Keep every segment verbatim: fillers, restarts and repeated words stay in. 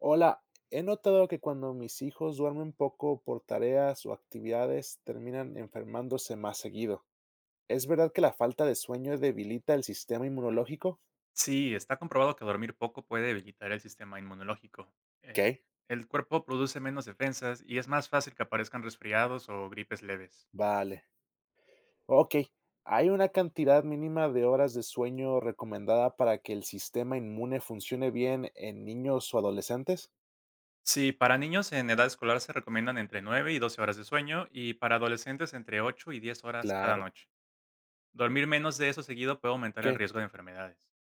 Hola, he notado que cuando mis hijos duermen poco por tareas o actividades, terminan enfermándose más seguido. ¿Es verdad que la falta de sueño debilita el sistema inmunológico? Sí, está comprobado que dormir poco puede debilitar el sistema inmunológico. Eh, ¿Qué? el cuerpo produce menos defensas y es más fácil que aparezcan resfriados o gripes leves. Vale. Ok. ¿Hay una cantidad mínima de horas de sueño recomendada para que el sistema inmune funcione bien en niños o adolescentes? Sí, para niños en edad escolar se recomiendan entre nueve y doce horas de sueño y para adolescentes entre ocho y diez horas cada Claro. noche. Dormir menos de eso seguido puede aumentar el ¿Qué? riesgo de enfermedades.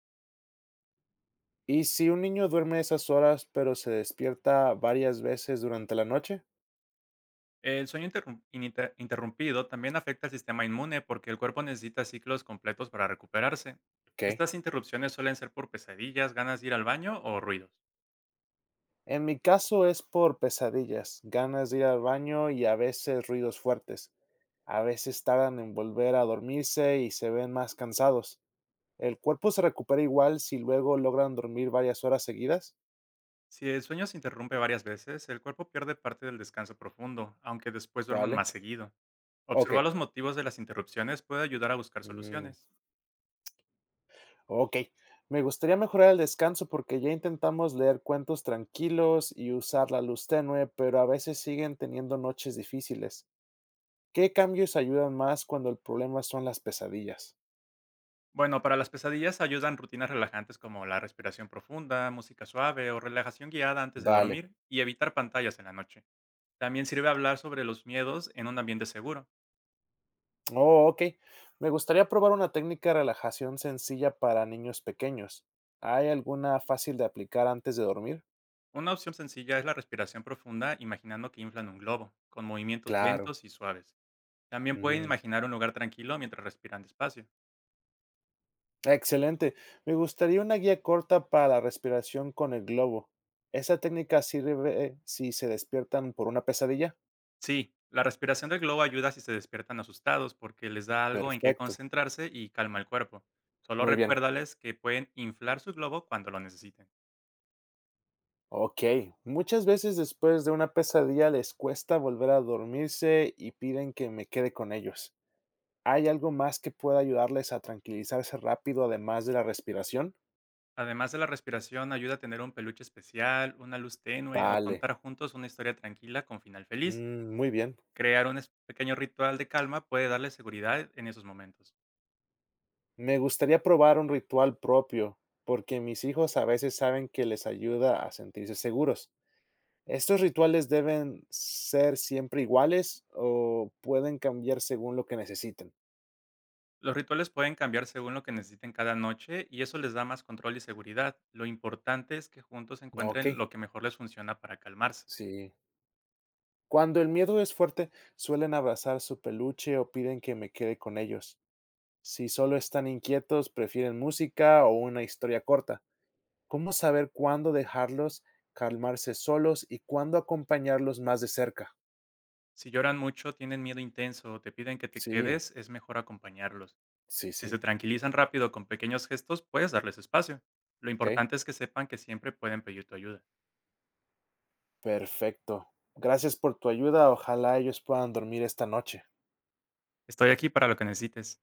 ¿Y si un niño duerme esas horas pero se despierta varias veces durante la noche? El sueño interrum- inite- interrumpido también afecta al sistema inmune porque el cuerpo necesita ciclos completos para recuperarse. ¿Qué? Estas interrupciones suelen ser por pesadillas, ganas de ir al baño o ruidos. En mi caso es por pesadillas, ganas de ir al baño y a veces ruidos fuertes. A veces tardan en volver a dormirse y se ven más cansados. ¿El cuerpo se recupera igual si luego logran dormir varias horas seguidas? Si el sueño se interrumpe varias veces, el cuerpo pierde parte del descanso profundo, aunque después duerman Vale. más seguido. Ok. Observar los motivos de las interrupciones puede ayudar a buscar Mm, soluciones. ok. Me gustaría mejorar el descanso porque ya intentamos leer cuentos tranquilos y usar la luz tenue, pero a veces siguen teniendo noches difíciles. ¿Qué cambios ayudan más cuando el problema son las pesadillas? Bueno, para las pesadillas ayudan rutinas relajantes como la respiración profunda, música suave o relajación guiada antes de Vale. dormir y evitar pantallas en la noche. También sirve hablar sobre los miedos en un ambiente seguro. Oh, ok. Me gustaría probar una técnica de relajación sencilla para niños pequeños. ¿Hay alguna fácil de aplicar antes de dormir? Una opción sencilla es la respiración profunda imaginando que inflan un globo, con movimientos Claro. lentos y suaves. También pueden Mm, imaginar un lugar tranquilo mientras respiran despacio. excelente. Me gustaría una guía corta para la respiración con el globo. ¿Esa técnica sirve si se despiertan por una pesadilla? Sí, la respiración del globo ayuda si se despiertan asustados porque les da algo en que Perfecto. concentrarse y calma el cuerpo. Solo Muy bien. recuérdales que pueden inflar su globo cuando lo necesiten. Ok. Muchas veces después de una pesadilla les cuesta volver a dormirse y piden que me quede con ellos. ¿Hay algo más que pueda ayudarles a tranquilizarse rápido, además de la respiración? Además de la respiración, ayuda a tener un peluche especial, una luz tenue o Vale, contar juntos una historia tranquila con final feliz. mm, muy bien. Crear un es- pequeño ritual de calma puede darles seguridad en esos momentos. Me gustaría probar un ritual propio, porque mis hijos a veces saben que les ayuda a sentirse seguros. ¿Estos rituales deben ser siempre iguales o pueden cambiar según lo que necesiten? Los rituales pueden cambiar según lo que necesiten cada noche y eso les da más control y seguridad. Lo importante es que juntos Ok, encuentren lo que mejor les funciona para calmarse. sí. Cuando el miedo es fuerte, suelen abrazar su peluche o piden que me quede con ellos. Si solo están inquietos, prefieren música o una historia corta. ¿Cómo saber cuándo dejarlos calmarse solos y cuándo acompañarlos más de cerca? Si lloran mucho, tienen miedo intenso o te piden que te Sí, quedes, es mejor acompañarlos. sí, Si sí. se tranquilizan rápido con pequeños gestos, puedes darles espacio. Lo Ok, importante es que sepan que siempre pueden pedir tu ayuda. perfecto. Gracias por tu ayuda. Ojalá ellos puedan dormir esta noche. Estoy aquí para lo que necesites.